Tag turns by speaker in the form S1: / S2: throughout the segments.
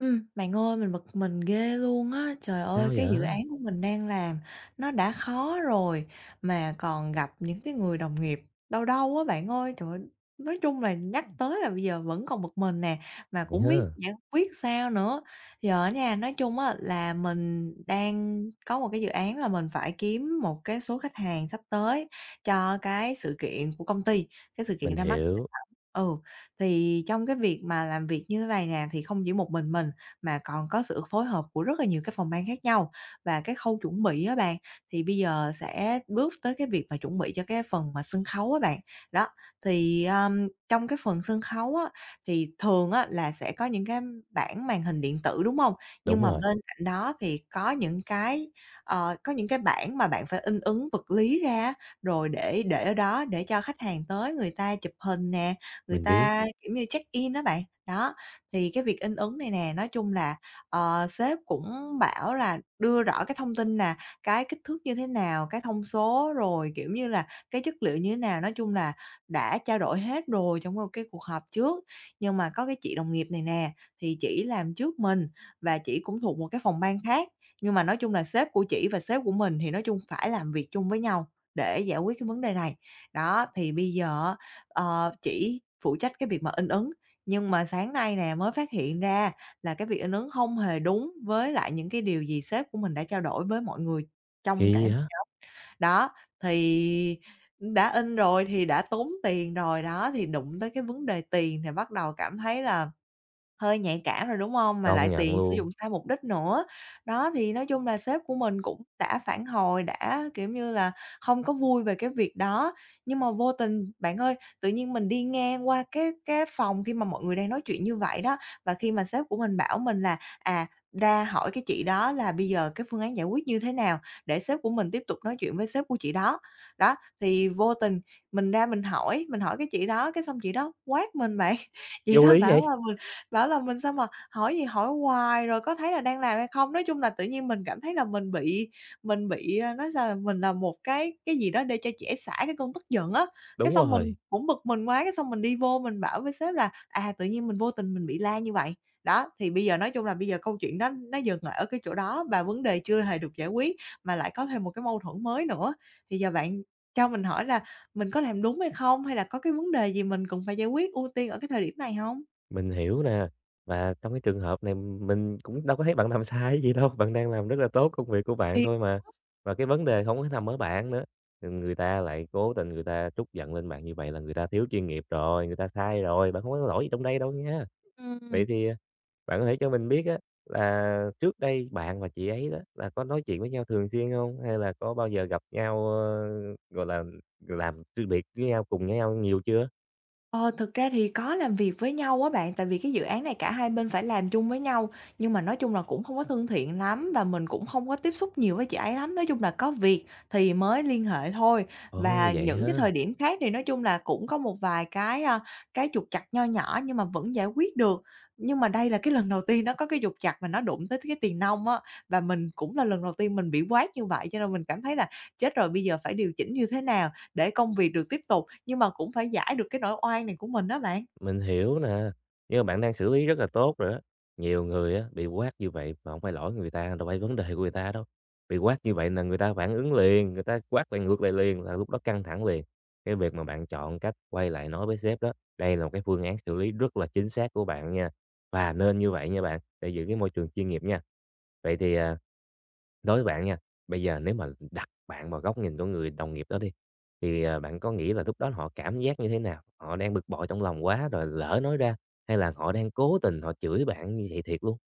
S1: Bạn ơi, mình bực mình ghê luôn á. Trời ơi,
S2: Sao
S1: cái dự án
S2: vậy?
S1: của mình đang làm nó đã khó rồi mà còn gặp những cái người đồng nghiệp đau đau á bạn ơi. Trời ơi, nói chung là nhắc tới là bây giờ vẫn còn bực mình nè, mà
S2: Vậy
S1: cũng biết
S2: ha,
S1: giải quyết sao nữa. Giờ á nha, nói chung á là mình đang có một cái dự án là mình phải kiếm một cái số khách hàng sắp tới cho cái sự kiện của công ty, cái sự kiện
S2: mình
S1: ra mắt sản
S2: hiểu,
S1: phẩm. Ừ, thì trong cái việc mà làm việc như thế này nè, thì không chỉ một mình mà còn có sự phối hợp của rất là nhiều cái phòng ban khác nhau. Và cái khâu chuẩn bị á bạn, thì bây giờ sẽ bước tới cái việc mà chuẩn bị cho cái phần mà sân khấu á bạn. Đó, thì, trong cái phần sân khấu á, thì thường á là sẽ có những cái bảng màn hình điện tử, đúng không? Nhưng
S2: đúng
S1: mà
S2: rồi,
S1: bên cạnh đó thì có những cái, ờ, có những cái bảng mà bạn phải in ấn vật lý ra rồi để ở đó để cho khách hàng tới người ta chụp hình nè, người
S2: mình biết,
S1: ta, kiểu như, check-in á bạn. Đó, thì cái việc in ấn này nè, nói chung là, ờ, sếp cũng bảo là đưa rõ cái thông tin là cái kích thước như thế nào, cái thông số, rồi, kiểu như là, cái chất liệu như thế nào, nói chung là đã trao đổi hết rồi trong một cái cuộc họp trước. Nhưng mà có cái chị đồng nghiệp này nè, thì chỉ làm trước mình và chỉ cũng thuộc một cái phòng ban khác, nhưng mà nói chung là sếp của chỉ và sếp của mình thì nói chung phải làm việc chung với nhau để giải quyết cái vấn đề này. Đó, thì bây giờ á. Ờ, chỉ phụ trách cái việc mà in ấn, nhưng mà sáng nay nè mới phát hiện ra là cái việc in ấn hông hề đúng với lại những cái điều gì sếp của mình đã trao đổi với mọi người trong
S2: kỳ
S1: cả
S2: á,
S1: đó, thì đã in rồi thì đã tốn tiền rồi, đó, thì đụng tới cái vấn đề tiền thì bắt đầu cảm thấy là hơi nhạy cảm rồi, đúng không? Mà lại
S2: công nhận
S1: tiền sử dụng
S2: luôn,
S1: sai mục đích nữa. Đó, thì nói chung là sếp của mình cũng đã phản hồi, đã, kiểu như là, không có vui về cái việc đó. Nhưng mà vô tình bạn ơi, tự nhiên mình đi ngang qua cái phòng khi mà mọi người đang nói chuyện như vậy đó, và khi mà sếp của mình bảo mình là, à, ra hỏi cái chị đó là bây giờ cái phương án giải quyết như thế nào để sếp của mình tiếp tục nói chuyện với sếp của chị đó. Đó, thì vô tình mình ra mình hỏi, cái chị đó, cái xong chị đó quát mình bạn. Chị
S2: vô
S1: đó
S2: lý
S1: bảo
S2: vậy,
S1: là, bảo là mình sao mà hỏi gì hỏi hoài, rồi có thấy là đang làm hay không? Nói chung là tự nhiên mình cảm thấy là mình bị, mình bị, ơ, nói sao, là mình là một cái gì đó để cho trẻ xả cái cơn tức giận á. Cái
S2: đúng
S1: xong mình
S2: rồi,
S1: cũng bực mình quá, cái xong mình đi vô mình bảo với sếp là, à, tự nhiên mình vô tình mình bị la như vậy. Đó, thì bây giờ nói chung là bây giờ câu chuyện đó nó dừng lại ở cái chỗ đó và vấn đề chưa hề được giải quyết, mà lại có thêm một cái mâu thuẫn mới nữa. Thì giờ bạn cho mình hỏi là mình có làm đúng hay không? Hay là có cái vấn đề gì mình cần phải giải quyết ưu tiên ở cái thời điểm này không?
S2: mình hiểu nè. Và trong cái trường hợp này mình cũng đâu có thấy bạn làm sai gì đâu, bạn đang làm rất là tốt công việc của bạn thôi mà. Và cái vấn đề không có nằm ở bạn nữa, ừ, người ta lại cố tình người ta trút giận lên bạn như vậy là người ta thiếu chuyên nghiệp rồi, người ta sai rồi, bạn không có lỗi gì trong đây đâu nha. Vậy
S1: Ừm,
S2: thì, à, bạn có thể cho mình biết á là trước đây bạn và chị ấy đó là có nói chuyện với nhau thường xuyên không? Hay là có bao giờ gặp nhau, ơ, gọi là, làm riêng biệt với nhau cùng nhau nhiều chưa?
S1: ờ, thực ra thì có làm việc với nhau á bạn, tại vì cái dự án này cả hai bên phải làm chung với nhau, nhưng mà nói chung là cũng không có thân thiện lắm và mình cũng không có tiếp xúc nhiều với chị ấy lắm. Nói chung là có việc thì mới liên hệ thôi,
S2: Ồ,
S1: và
S2: vậy
S1: những cái
S2: hả?
S1: thời điểm khác thì nói chung là cũng có một vài cái, a, cái trục trặc nho nhỏ nhưng mà vẫn giải quyết được. Nhưng mà đây là cái lần đầu tiên nó có cái trục trặc mà nó đụng tới cái tiền nong á, và mình cũng là lần đầu tiên mình bị quát như vậy cho nên mình cảm thấy là "Chết rồi, bây giờ phải điều chỉnh như thế nào?" để công việc được tiếp tục, nhưng mà cũng phải giải được cái nỗi oan này của mình đó bạn.
S2: Mình hiểu nè, nhưng mà bạn đang xử lý rất là tốt rồi đó. Nhiều người á, bị quát như vậy mà không phải lỗi người ta, đâu phải vấn đề của người ta đâu. Bị quát như vậy là người ta phản ứng liền, người ta quát lại ngược lại liền là lúc đó căng thẳng liền. Cái việc mà bạn chọn cách quay lại nói với sếp đó, đây là một cái phương án xử lý rất là chính xác của bạn nha, và nên như vậy nha bạn, để giữ cái môi trường chuyên nghiệp nha. Vậy thì, à, đối với bạn nha, bây giờ nếu mà đặt bạn vào góc nhìn của người đồng nghiệp đó đi, thì, à, bạn có nghĩ là lúc đó họ cảm giác như thế nào? Họ đang bực bội trong lòng quá rồi lỡ nói ra, hay là họ đang cố tình họ chửi bạn như vậy thiệt luôn?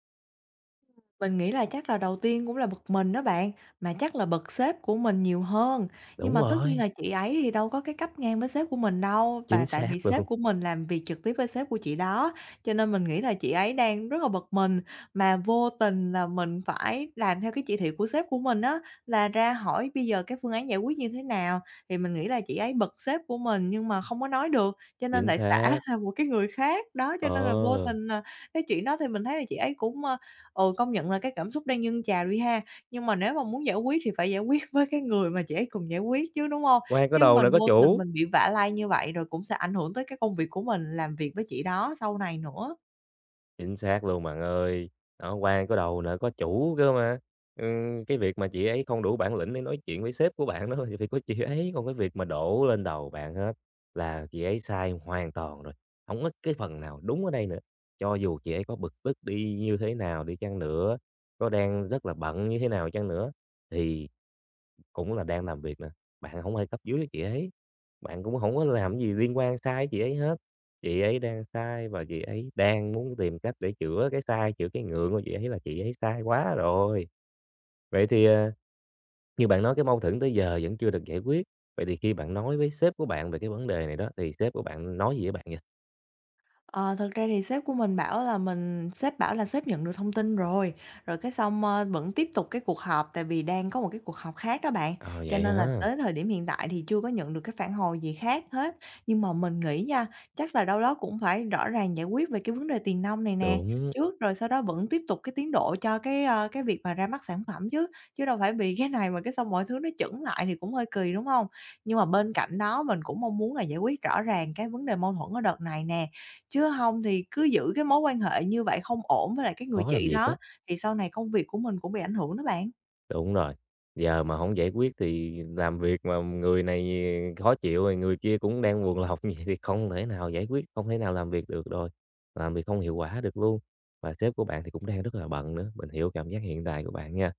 S1: Mình nghĩ là chắc là đầu tiên cũng là bực mình đó bạn, mà chắc là bực sếp của mình nhiều hơn. Nhưng
S2: Đúng
S1: mà tất nhiên
S2: rồi,
S1: là chị ấy thì đâu có cái cấp ngang với sếp của mình đâu, và
S2: chính
S1: tại
S2: xác
S1: vì sếp
S2: luôn,
S1: của mình làm việc trực tiếp với sếp của chị đó, cho nên mình nghĩ là chị ấy đang rất là bực mình. Mà vô tình là mình phải làm theo cái chỉ thị của sếp của mình á, là ra hỏi bây giờ cái phương án giải quyết như thế nào, thì mình nghĩ là chị ấy bực sếp của mình nhưng mà không có nói được, cho nên
S2: chính
S1: lại xả
S2: xác.
S1: ra một cái người khác. Đó, cho nên là vô
S2: Ờ,
S1: tình là cái chuyện đó thì mình thấy là chị ấy cũng, ờ, ừ, công nhận là cái cảm xúc đang dâng trào đi ha, nhưng mà nếu mà muốn giải quyết thì phải giải quyết với cái người mà chị ấy cùng giải quyết chứ, đúng không?
S2: quan có
S1: Chứ
S2: đầu nè
S1: mình
S2: có
S1: vô tình
S2: chủ.
S1: mình bị vả lay như vậy rồi cũng sẽ ảnh hưởng tới cái công việc của mình làm việc với chị đó sau này nữa.
S2: Chính xác luôn bạn ơi. Đó, quan có đầu nợ có chủ cơ mà. Cái việc mà chị ấy không đủ bản lĩnh để nói chuyện với sếp của bạn đó thì việc của chị ấy, còn cái việc mà đổ lên đầu bạn hết là chị ấy sai hoàn toàn rồi. Không có cái phần nào đúng ở đây nữa. Cho dù chị ấy có bực tức đi như thế nào đi chăng nữa, có đang rất là bận như thế nào chăng nữa thì cũng là đang làm việc nè, bạn không ai cấp dưới chị ấy, bạn cũng không có làm gì liên quan sai chị ấy hết. Chị ấy đang sai và chị ấy đang muốn tìm cách để chữa cái sai, chữa cái ngượng của chị ấy là chị ấy sai quá rồi. Vậy thì, ờ, như bạn nói cái mâu thuẫn tới giờ vẫn chưa được giải quyết, vậy thì khi bạn nói với sếp của bạn về cái vấn đề này đó, thì sếp của bạn nói gì với bạn vậy?
S1: Ờ, thật ra thì sếp của mình bảo là mình, sếp bảo là sếp nhận được thông tin rồi, rồi cái xong, ơ, vẫn tiếp tục cái cuộc họp, tại vì đang có một cái cuộc họp khác đó bạn,
S2: Ờ,
S1: cho
S2: vậy
S1: nên là
S2: hả?
S1: tới thời điểm hiện tại thì chưa có nhận được cái phản hồi gì khác hết. Nhưng mà mình nghĩ nha, chắc là đâu đó cũng phải rõ ràng giải quyết về cái vấn đề tiền nong này nè
S2: Đúng,
S1: trước, rồi sau đó vẫn tiếp tục cái tiến độ cho cái, ơ, cái việc mà ra mắt sản phẩm chứ, chứ đâu phải vì cái này mà cái xong mọi thứ nó chững lại thì cũng hơi kỳ, đúng không? Nhưng mà bên cạnh đó mình cũng mong muốn là giải quyết rõ ràng cái vấn đề mâu thuẫn ở đợt này nè chứ không thì cứ giữ cái mối quan hệ như vậy không ổn với lại cái người
S2: khó làm
S1: chị
S2: việc
S1: đó,
S2: lắm.
S1: thì sau này công việc của mình cũng bị ảnh hưởng đó bạn.
S2: Đúng rồi, giờ mà không giải quyết thì làm việc mà người này khó chịu rồi người kia cũng đang buồn lòng vậy thì không thể nào giải quyết, không thể nào làm việc được rồi, làm việc không hiệu quả được luôn. Và sếp của bạn thì cũng đang rất là bận nữa, mình hiểu cảm giác hiện tại của bạn nha.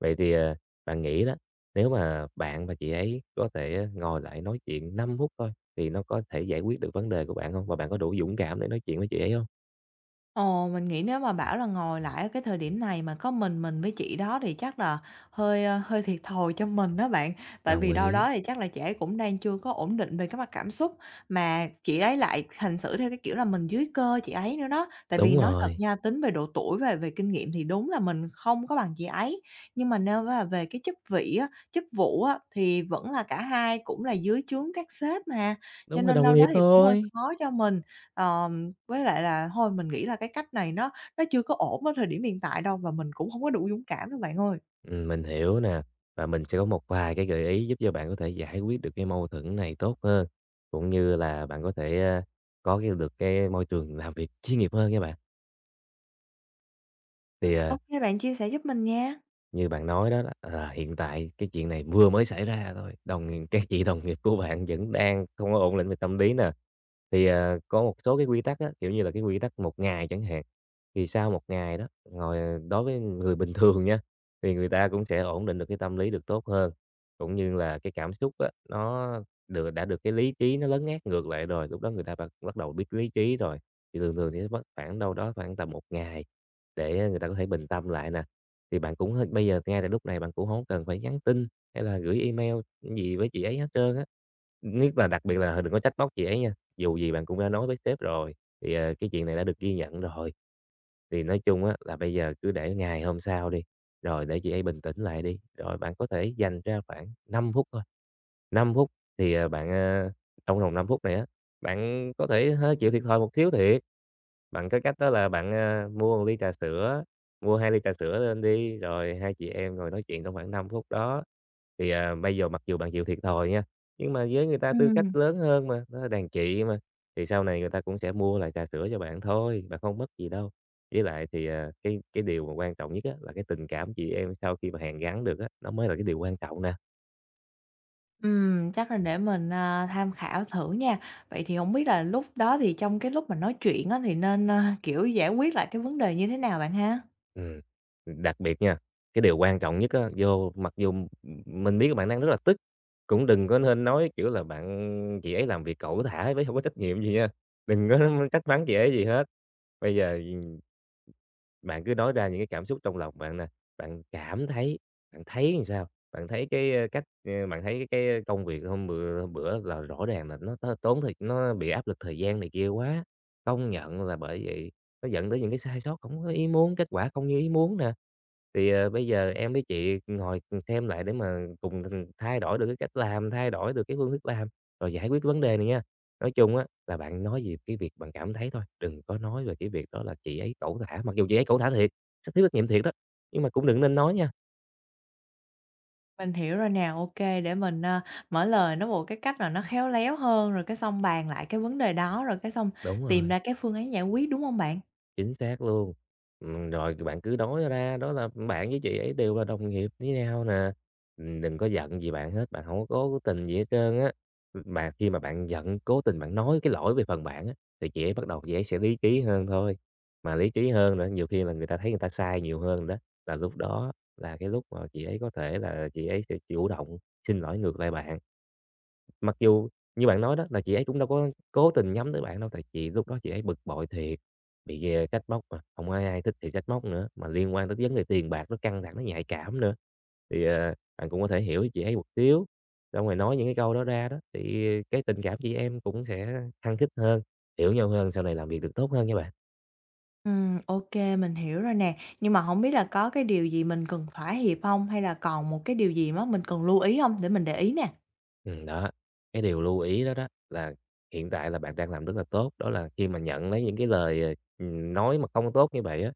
S2: Vậy thì, ờ, bạn nghĩ đó, nếu mà bạn và chị ấy có thể ờ, ngồi lại nói chuyện 5 phút thôi thì nó có thể giải quyết được vấn đề của bạn không? Và bạn có đủ dũng cảm để nói chuyện với chị ấy không?
S1: Ồ, mình nghĩ nếu mà bảo là ngồi lại ở cái thời điểm này mà có mình với chị đó thì chắc là hơi, ơ, hơi thiệt thòi cho mình đó bạn. Tại
S2: Đồng
S1: vì đâu
S2: ý,
S1: đó thì chắc là chị ấy cũng đang chưa có ổn định về cái mặt cảm xúc, mà chị ấy lại hành xử theo cái kiểu là mình dưới cơ chị ấy nữa đó. Tại vì
S2: đúng
S1: nói thật
S2: rồi,
S1: nha, tính về độ tuổi và về kinh nghiệm thì đúng là mình không có bằng chị ấy, nhưng mà nếu mà về cái chức vị á, chức vụ á, thì vẫn là cả hai cũng là dưới trướng các sếp mà, cho
S2: đúng rồi,
S1: nên
S2: đồng
S1: đâu đó
S2: nghiệp
S1: thì cũng hơi
S2: thôi.
S1: khó cho mình. Ờ, với lại là thôi mình nghĩ là cái cách này nó chưa có ổn ở thời điểm hiện tại đâu và mình cũng không có đủ dũng cảm đâu bạn ơi.
S2: Mình hiểu nè, và mình sẽ có một vài cái gợi ý giúp cho bạn có thể giải quyết được cái mâu thuẫn này tốt hơn, cũng như là bạn có thể, a, có cái được cái môi trường làm việc chuyên nghiệp hơn nha bạn. Thì,
S1: Ô
S2: à,
S1: bạn chia sẻ giúp mình nha.
S2: như bạn nói đó là hiện tại cái chuyện này vừa mới xảy ra thôi, đồng nghiệp các chị đồng nghiệp của bạn vẫn đang không có ổn định về tâm lý nè. Thì, à, có một số cái quy tắc á, kiểu như là, cái quy tắc 1 ngày chẳng hạn, thì sau 1 ngày đó, ngồi ờ, đối với người bình thường nha, thì người ta cũng sẽ ổn định được cái tâm lý được tốt hơn, cũng như là cái cảm xúc á, nó đã được cái lý trí nó lấn át ngược lại rồi, lúc đó người ta bắt bắt đầu biết lý trí rồi, thì thường thường thì sẽ mất khoảng đâu đó khoảng tầm 1 ngày để ờ, người ta có thể bình tâm lại nè. Thì bạn cũng bây giờ ngay tại lúc này bạn cũng hổng cần phải nhắn tin hay là gửi email gì với chị ấy hết trơn á, nhất là đặc biệt là đừng có trách móc chị ấy nha, dù gì bạn cũng đã nói với sếp rồi, thì, ờ, cái chuyện này đã được ghi nhận rồi. Thì nói chung á là bây giờ cứ để ngày hôm sau đi, rồi để chị ấy bình tĩnh lại đi, rồi bạn có thể dành ra khoảng 5 phút thôi, 5 phút thì, ờ, bạn, ờ trong vòng 5 phút này á, bạn có thể hơi chịu thiệt thòi một xíu thiệt, bạn có cách đó là bạn, a, mua 1 ly trà sữa, mua 2 ly trà sữa lên đi, rồi hai chị em ngồi nói chuyện trong khoảng 5 phút đó. Thì, à, bây giờ mặc dù bạn chịu thiệt thòi nha, nhưng mà với người ta tư cách
S1: Ừm,
S2: lớn hơn mà, đó là đàn chị mà, thì sau này người ta cũng sẽ mua lại trà sữa cho bạn thôi, bạn không mất gì đâu. Với lại thì, à, cái điều mà quan trọng nhất á là cái tình cảm chị em sau khi mà hàn gắn được á, nó mới là cái điều quan trọng nè.
S1: ừm, chắc là để mình, à, tham khảo thử nha. Vậy thì không biết là lúc đó thì trong cái lúc mà nói chuyện á thì nên, ơ, kiểu, giải quyết lại cái vấn đề như thế nào bạn ha?
S2: Ừm, đặc biệt nha, cái điều quan trọng nhất á, mặc dù mình biết là bạn đang rất là tức, cũng đừng có nên nói, kiểu là, bạn "Chị ấy làm việc cẩu thả, với không có trách nhiệm" gì nha, đừng có trách mắng chị ấy gì hết. Bây giờ, bạn cứ nói ra những cái cảm xúc trong lòng bạn nè, bạn cảm thấy, bạn thấy làm sao? Bạn thấy cái, ơ, cách, ơ, bạn thấy cái công việc hôm bữa là rõ ràng là nó tốn thời nó bị áp lực thời gian này kia quá, công nhận là bởi vậy nó dẫn tới những cái sai sót hổng có ý muốn, kết quả không như ý muốn nè. Thì, ờ, bây giờ em với chị ngồi xem lại để mà cùng thay đổi được cái cách làm, thay đổi được cái phương thức làm, rồi giải quyết vấn đề này nha. Nói chung á là bạn nói về cái việc bạn cảm thấy thôi, đừng có nói về cái việc đó là chị ấy cẩu thả, mặc dù chị ấy cẩu thả thiệt, sẽ thiếu trách nhiệm thiệt đó, nhưng mà cũng đừng nên nói nha.
S1: Mình hiểu rồi nè, ok, để mình, a, mở lời nó một cái cách là nó khéo léo hơn, rồi cái xong bàn lại cái vấn đề đó, rồi cái xong
S2: Đúng
S1: tìm
S2: rồi.
S1: ra cái phương án giải quyết, đúng không bạn?
S2: Chính xác luôn. Rồi bạn cứ nói ra đó là bạn với chị ấy đều là đồng nghiệp với nhau nè, đừng có giận gì bạn hết, bạn không có cố tình gì hết trơn á. Mà khi mà bạn giận, cố tình bạn nói cái lỗi về phần bạn á, thì chị ấy bắt đầu chị ấy sẽ lý trí hơn thôi. Mà lý trí hơn nữa, nhiều khi là người ta thấy người ta sai nhiều hơn đó, là lúc đó là cái lúc mà chị ấy có thể là chị ấy sẽ chủ động xin lỗi ngược lại bạn. Mặc dù như bạn nói đó là chị ấy cũng đâu có cố tình nhắm tới bạn đâu, tại chị lúc đó chị ấy bực bội thiệt, bị, ờ, trách móc mà, không ai ai thích thì trách móc nữa, mà liên quan tới vấn đề tiền bạc nó căng thẳng, nó nhạy cảm nữa. Thì, ờ, bạn cũng có thể hiểu chị ấy một xíu, xong rồi nói những cái câu đó ra đó, thì cái tình cảm chị em cũng sẽ khăng khít hơn, hiểu nhau hơn, sau này làm việc được tốt hơn nha bạn.
S1: Ok, mình hiểu rồi nè. Nhưng mà không biết là có cái điều gì mình cần thỏa hiệp không? Hay là còn một cái điều gì đó mình cần lưu ý không? Để mình để ý nè.
S2: Đó, cái điều lưu ý đó đó là hiện tại là bạn đang làm rất là tốt, đó là khi mà nhận lấy những cái lời, ờ, nói mà không tốt như vậy á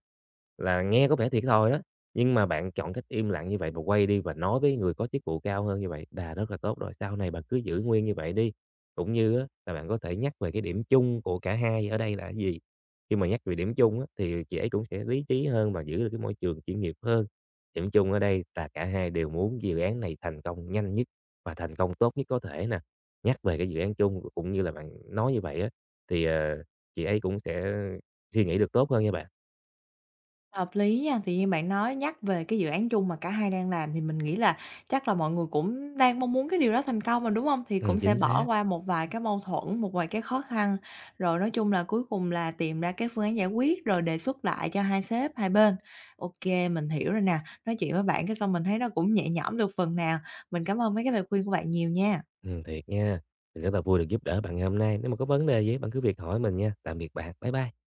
S2: là nghe có vẻ thiệt thòi đó, nhưng mà bạn chọn cách im lặng như vậy và quay đi và nói với người có chức vụ cao hơn như vậy là rất là tốt rồi. Sau này bạn cứ giữ nguyên như vậy đi, cũng như á là bạn có thể nhắc về cái điểm chung của cả hai ở đây là cái gì. Khi mà nhắc về điểm chung á, thì chị ấy cũng sẽ lý trí hơn và giữ được cái môi trường chuyên nghiệp hơn. Điểm chung ở đây là cả hai đều muốn dự án này thành công nhanh nhất và thành công tốt nhất có thể nè. Nhắc về cái dự án chung cũng như là bạn nói như vậy á, thì, ờ, chị ấy cũng sẽ suy nghĩ được tốt hơn nha bạn.
S1: Hợp lý nha, tự nhiên bạn nói nhắc về cái dự án chung mà cả hai đang làm thì mình nghĩ là chắc là mọi người cũng đang mong muốn cái điều đó thành công mà, đúng không? Thì cũng sẽ
S2: Chính
S1: bỏ
S2: xác.
S1: qua một vài cái mâu thuẫn, một vài cái khó khăn, rồi nói chung là cuối cùng là tìm ra cái phương án giải quyết, rồi đề xuất lại cho hai sếp hai bên. Ok, mình hiểu rồi nè. Nói chuyện với bạn cái xong mình thấy nó cũng nhẹ nhõm được phần nào. Mình cảm ơn mấy cái lời khuyên của bạn nhiều nha.
S2: Thiệt nha. Mình rất là vui được giúp đỡ bạn ngày hôm nay. Nếu mà có vấn đề gì bạn cứ việc hỏi mình nha. Tạm biệt bạn. Bye bye.